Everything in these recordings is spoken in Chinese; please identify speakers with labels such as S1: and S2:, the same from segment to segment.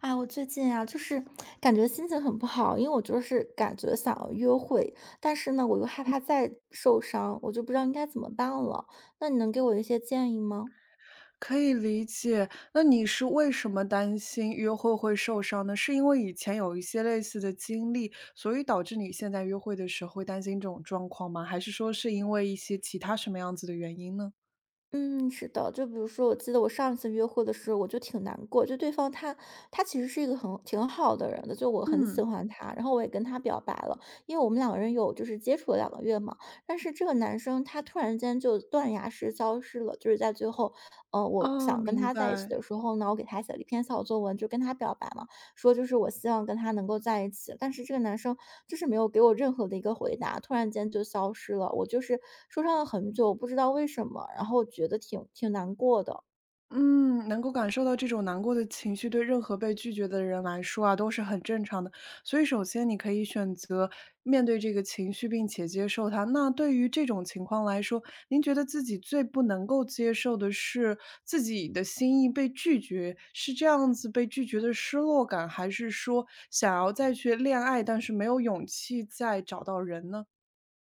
S1: 哎，我最近啊，就是感觉心情很不好，因为我就是感觉想要约会，但是呢，我又害怕再受伤，我就不知道应该怎么办了。那你能给我一些建议吗？
S2: 可以理解，那你是为什么担心约会会受伤呢？是因为以前有一些类似的经历，所以导致你现在约会的时候会担心这种状况吗？还是说是因为一些其他什么样子的原因呢？
S1: 嗯，是的，就比如说，我记得我上一次约会的时候，我就挺难过，就对方他其实是一个很挺好的人的，就我很喜
S2: 嗯。
S1: 欢他，然后我也跟他表白了，因为我们两个人有就是接触了两个月嘛，但是这个男生他突然间就断崖式消失了，就是在最后，我
S2: 哦，
S1: 想跟
S2: 明
S1: 他在一起
S2: 白。
S1: 的时候呢，我给他写了一篇小作文，就跟他表白嘛，说就是我希望跟他能够在一起，但是这个男生就是没有给我任何的一个回答，突然间就消失了。我就是受伤了很久，我不知道为什么，然后觉得挺难过的。
S2: 嗯，能够感受到这种难过的情绪，对任何被拒绝的人来说啊，都是很正常的。所以，首先你可以选择面对这个情绪，并且接受它。那对于这种情况来说，您觉得自己最不能够接受的是自己的心意被拒绝，是这样子被拒绝的失落感，还是说想要再去恋爱，但是没有勇气再找到人呢？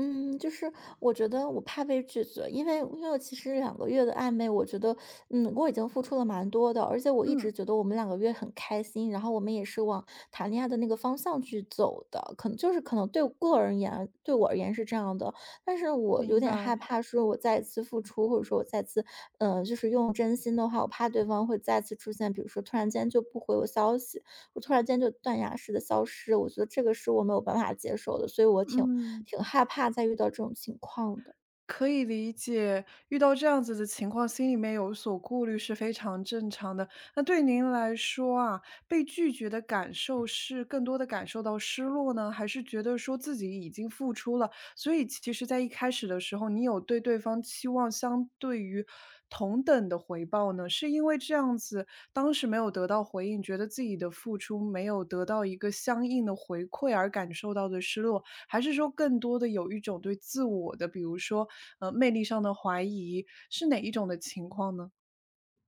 S1: 嗯，就是我觉得我怕被拒绝，因为其实两个月的暧昧，我觉得，嗯，我已经付出了蛮多的，而且我一直
S2: 嗯，
S1: 觉得我们两个月很开心，然后我们也是往谈恋爱的那个方向去走的，可能就是可能对我个人而言，对我而言是这样的，但是我有
S2: 明
S1: 点
S2: 白，
S1: 害怕，说我再次付出，或者说我再次，就是用真心的话，我怕对方会再次出现，比如说突然间就不回我消息，我突然间就断崖式的消失，我觉得这个是我没有办法接受的，所以我挺
S2: 嗯。
S1: 挺害怕再遇到这种情况的。
S2: 可以理解，遇到这样子的情况，心里面有所顾虑是非常正常的。那对您来说啊，被拒绝的感受是更多的感受到失落呢，还是觉得说自己已经付出了？所以其实，在一开始的时候，你有对对方期望相对于同等的回报呢？是因为这样子，当时没有得到回应，觉得自己的付出没有得到一个相应的回馈而感受到的失落，还是说更多的有一种对自我的，比如说，魅力上的怀疑，是哪一种的情况呢？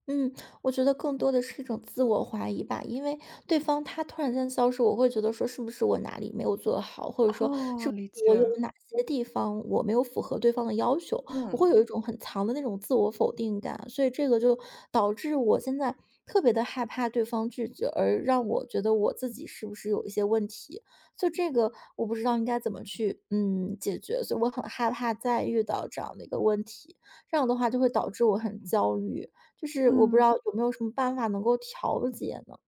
S1: 嗯，我觉得更多的是一种自我怀疑吧，因为对方他突然间消失，我会觉得说是不是我哪里没有做好，或者说是
S2: 哦，
S1: 不
S2: 理
S1: 是我有
S2: 解，
S1: 哪些地方我没有符合对方的要求，我会
S2: 嗯
S1: 有一种很强的那种自我否定感，所以这个就导致我现在特别的害怕对方拒绝，而让我觉得我自己是不是有一些问题，就这个我不知道应该怎么去解决，所以我很害怕再遇到这样的一个问题，这样的话就会导致我很焦虑。就是我不知
S2: 嗯。
S1: 道有没有什么办法能够调节呢？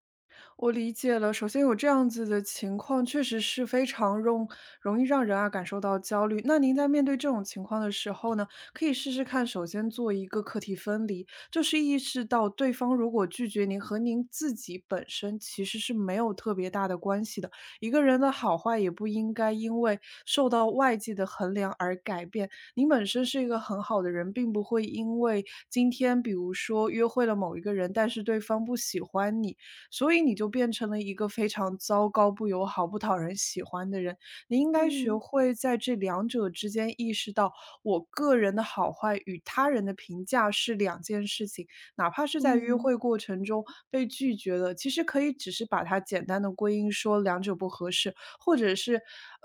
S2: 我理解了。首先有这样子的情况，确实是非常容易让人啊感受到焦虑。那您在面对这种情况的时候呢，可以试试看，首先做一个课题分离，就是意识到对方如果拒绝您和您自己本身其实是没有特别大的关系的。一个人的好坏也不应该因为受到外界的衡量而改变。您本身是一个很好的人，并不会因为今天比如说约会了某一个人，但是对方不喜欢你。所以你就变成了一个非常糟糕、不友好、不讨人喜欢的人。你应该学
S1: 嗯
S2: 会在这两者之间意识到，我个人的好坏与他人的评价是两件事情。哪怕是在约
S1: 嗯
S2: 会过程中被拒绝了，其实可以只是把它简单的归因说两者不合适，或者是，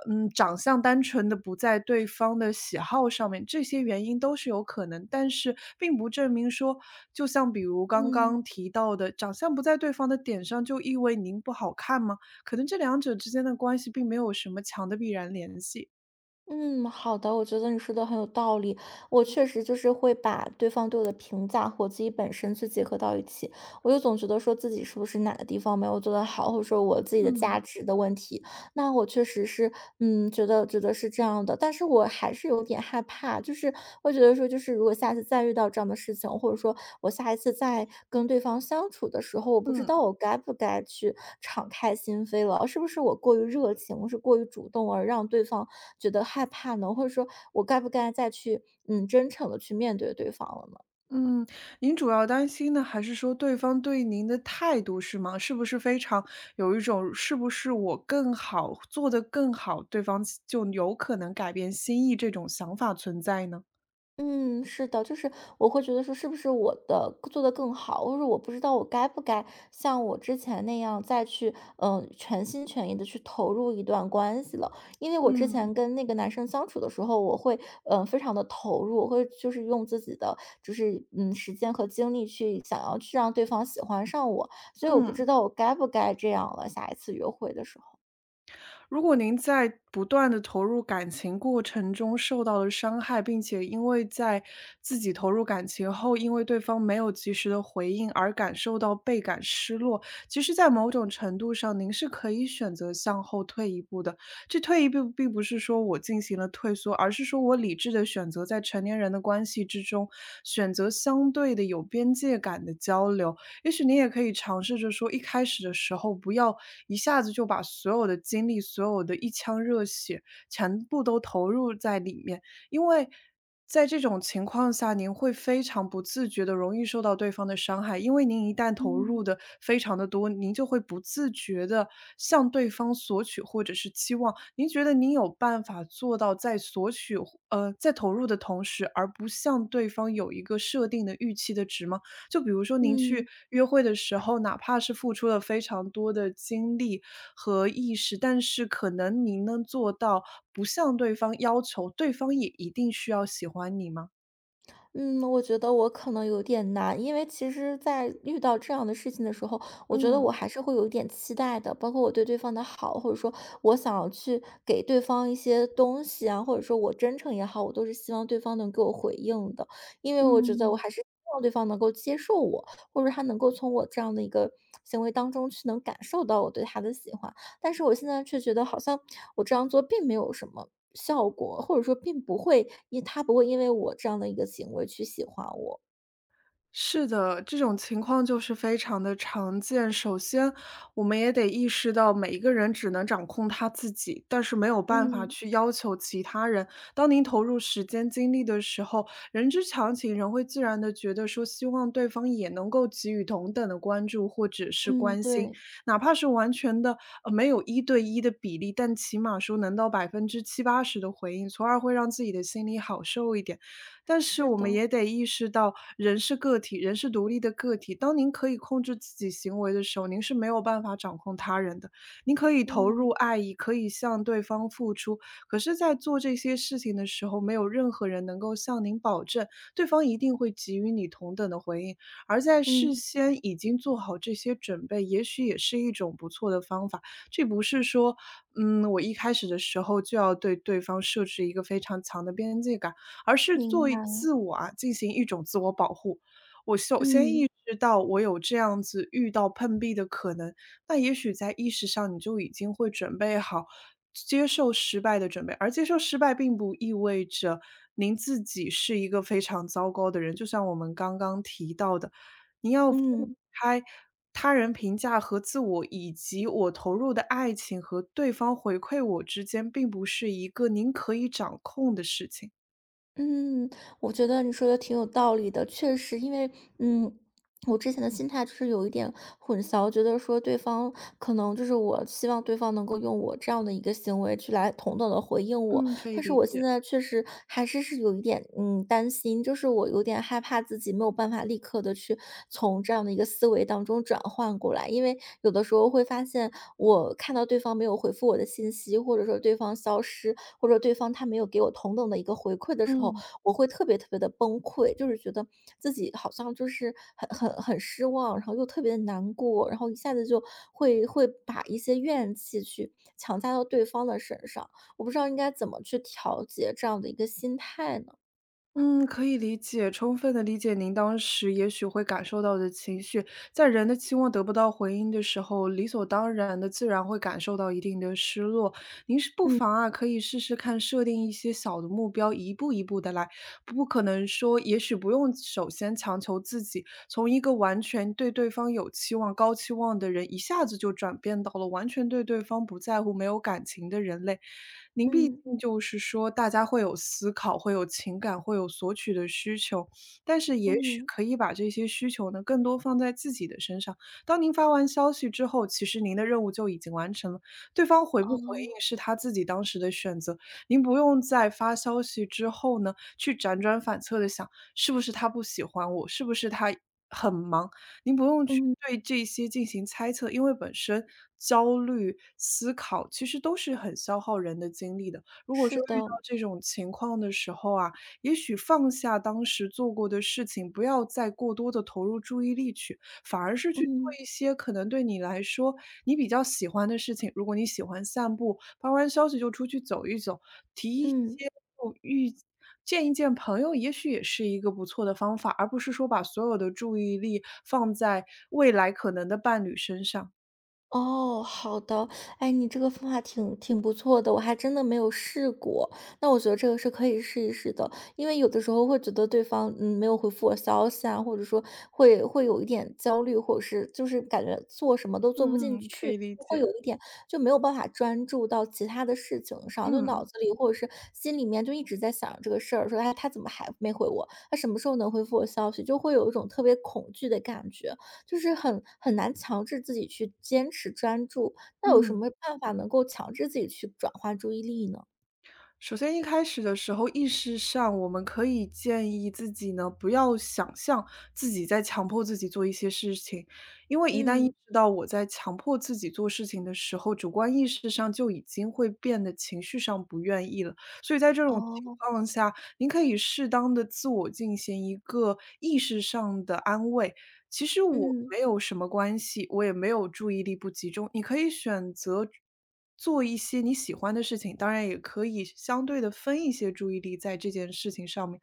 S2: 长相单纯的不在对方的喜好上面，这些原因都是有可能。但是并不证明说，就像比如刚刚
S1: 嗯
S2: 提到的，长相不在对方的点上，就意味您不好看吗？可能这两者之间的关系并没有什么强的必然联系。
S1: 嗯，好的，我觉得你说的很有道理。我确实就是会把对方对我的评价和我自己本身去结合到一起，我就总觉得说自己是不是哪个地方没有做得好，或者说我自己的价
S2: 嗯
S1: 值的问题，那我确实是，嗯，觉得是这样的，但是我还是有点害怕，就是我觉得说，就是如果下次再遇到这样的事情，或者说我下一次再跟对方相处的时候，我不知
S2: 嗯。
S1: 道我该不该去敞开心扉了，是不是我过于热情，是过于主动而让对方觉得害怕呢？或者说我该不该再去，嗯，真诚的去面对对方了呢？
S2: 嗯，您主要担心呢，还是说对方对您的态度是吗？是不是非常有一种是不是我更好，做得更好，对方就有可能改变心意这种想法存在呢？
S1: 嗯，是的，就是我会觉得说，是不是我的做得更好，或者我不知道我该不该像我之前那样再去，全心全意的去投入一段关系了。因为我之前
S2: 嗯。
S1: 跟那个男生相处的时候，我会，非常的投入，我会就是用自己的，就是时间和精力去想要去让对方喜欢上我，所以我不知
S2: 嗯。
S1: 道我该不该这样了。下一次约会的时候，
S2: 如果您在不断的投入感情过程中受到了伤害，并且因为在自己投入感情后，因为对方没有及时的回应而感受到倍感失落，其实在某种程度上，您是可以选择向后退一步的。这退一步并不是说我进行了退缩，而是说我理智的选择在成年人的关系之中，选择相对的有边界感的交流。也许您也可以尝试着说，一开始的时候不要一下子就把所有的精力、所有的一腔热血全部都投入在里面，因为在这种情况下，您会非常不自觉的容易受到对方的伤害，因为您一旦投入
S1: 嗯。
S2: 的非常的多，您就会不自觉的向对方索取或者是期望。您觉得您有办法做到在索取，在投入的同时，而不向对方有一个设定的预期的值吗？就比如说您去
S1: 嗯。
S2: 约会的时候，哪怕是付出了非常多的精力和意识，但是可能您能做到不向对方要求，对方也一定需要喜欢你吗？
S1: 嗯，我觉得我可能有点难，因为其实在遇到这样的事情的时候，我觉得我
S2: 嗯
S1: 还是会有一点期待的，包括我对对方的好，或者说我想要去给对方一些东西啊，或者说我真诚也好，我都是希望对方能给我回应的，因为我觉得我
S2: 嗯。
S1: 还是希望对方能够接受我，或者他能够从我这样的一个行为当中去能感受到我对他的喜欢。但是我现在却觉得好像我这样做并没有什么效果，或者说并不会因他不会因为我这样的一个行为去喜欢我。
S2: 是的，这种情况就是非常的常见。首先，我们也得意识到每一个人只能掌控他自己，但是没有办法
S1: 嗯，
S2: 去要求其他人。当您投入时间精力的时候，人之常情，人会自然的觉得说希望对方也能够给予同等的关注或者是
S1: 嗯，
S2: 关心，
S1: 对，
S2: 哪怕是完全的，没有一对一的比例，但起码说能到70%到80%的回应，从而会让自己的心里好受一点。但是
S1: 是
S2: 我们
S1: 的，
S2: 也得意识到，人是个体，人是独立的个体。当您可以控制自己行为的时候，您是没有办法掌控他人的。您可以投
S1: 嗯，
S2: 入爱意，可以向对方付出，可是，在做这些事情的时候，没有任何人能够向您保证，对方一定会给予你同等的回应。而在事
S1: 嗯，
S2: 先已经做好这些准备，也许也是一种不错的方法。这不是说，我一开始的时候就要对对方设置一个非常强的边界感，而是作
S1: 明白，
S2: 为自我啊进行一种自我保护。我首先
S1: 嗯，
S2: 意识到我有这样子遇到碰壁的可能，那也许在意识上你就已经会准备好接受失败的准备，而接受失败并不意味着您自己是一个非常糟糕的人。就像我们刚刚提到的，您要分
S1: 嗯。
S2: 开他人评价和自我，以及我投入的爱情和对方回馈我之间，并不是一个您可以掌控的事情。
S1: 嗯，我觉得你说的挺有道理的，确实，因为嗯，我之前的心态就是有一点混淆，觉得说对方可能就是我希望对方能够用我这样的一个行为去来同等的回应我，
S2: 嗯，可以
S1: 但是
S2: 理
S1: 我现
S2: 解。
S1: 在确实还是是有一点担心，就是我有点害怕自己没有办法立刻的去从这样的一个思维当中转换过来，因为有的时候会发现我看到对方没有回复我的信息，或者说对方消失，或者对方他没有给我同等的一个回馈的时候，
S2: 嗯。
S1: 我会特别的崩溃，就是觉得自己好像就是很失望，然后又特别的难过，然后一下子就会把一些怨气去强加到对方的身上，我不知道应该怎么去调节这样的一个心态呢？
S2: 嗯，可以理解，充分的理解您当时也许会感受到的情绪。在人的期望得不到回应的时候，理所当然的自然会感受到一定的失落。您是不妨啊，可以试试看设定一些小的目标，一步一步的来，不可能说也许不用首先强求自己，从一个完全对对方有期望、高期望的人，一下子就转变到了完全对对方不在乎、没有感情的人类。您毕
S1: 嗯，
S2: 竟就是说大家会有思考，会有情感，会有索取的需求，但是也许
S1: 嗯，
S2: 可以把这些需求呢，更多放在自己的身上。当您发完消息之后，其实您的任务就已经完成了，对方回不回
S1: 哦，
S2: 应是他自己当时的选择，您不用在发消息之后呢，去辗转反侧的想，是不是他不喜欢我，是不是他很忙。您不用去
S1: 嗯，
S2: 对这些进行猜测，因为本身焦虑、思考其实都是很消耗人的精力的。如果
S1: 是
S2: 说遇到
S1: 的，
S2: 这种情况的时候啊，也许放下当时做过的事情，不要再过多的投入注意力去，反而是去
S1: 嗯，
S2: 做一些可能对你来说你比较喜欢的事情。如果你喜欢散步，发完消息就出去走一走；提一
S1: 嗯。
S2: 些就遇见一见朋友，也许也是一个不错的方法，而不是说把所有的注意力放在未来可能的伴侣身上。
S1: 哦，好的。哎，你这个方法挺不错的，我还真的没有试过。那我觉得这个是可以试一试的，因为有的时候会觉得对方没有回复我消息啊，或者说会有一点焦虑，或者是就是感觉做什么都做不进
S2: 嗯，
S1: 去，
S2: 可以理
S1: 会有
S2: 解。
S1: 一点就没有办法专注到其他的事情上，就脑
S2: 嗯，
S1: 子里或者是心里面就一直在想着这个事儿，说哎他怎么还没回我？他什么时候能回复我消息？就会有一种特别恐惧的感觉。就是很难强制自己去坚持专注，那有什
S2: 嗯。
S1: 么办法能够强制自己去转化注意力呢？
S2: 首先一开始的时候，意识上我们可以建议自己呢，不要想象自己在强迫自己做一些事情，因为一旦意
S1: 嗯，
S2: 识到我在强迫自己做事情的时候，主观意识上就已经会变得情绪上不愿意了。所以在这种情
S1: 哦，
S2: 况下，您可以适当的自我进行一个意识上的安慰。其实我
S1: 嗯，
S2: 没有什么关系，我也没有注意力不集中。你可以选择做一些你喜欢的事情，当然也可以相对的分一些注意力在这件事情上面。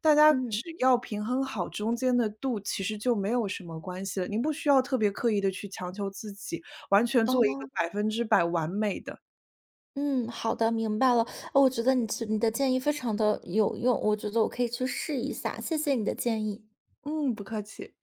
S2: 大家
S1: 嗯。
S2: 只要平衡好中间的度，其实就没有什么关系了。您不需要特别刻意的去强求自己，完全做一个
S1: 哦，
S2: 100%完美的。
S1: 嗯，好的，明白了。哦我觉得你的建议非常的有用，我觉得我可以去试一下，谢谢你的建议。
S2: 嗯，不客气。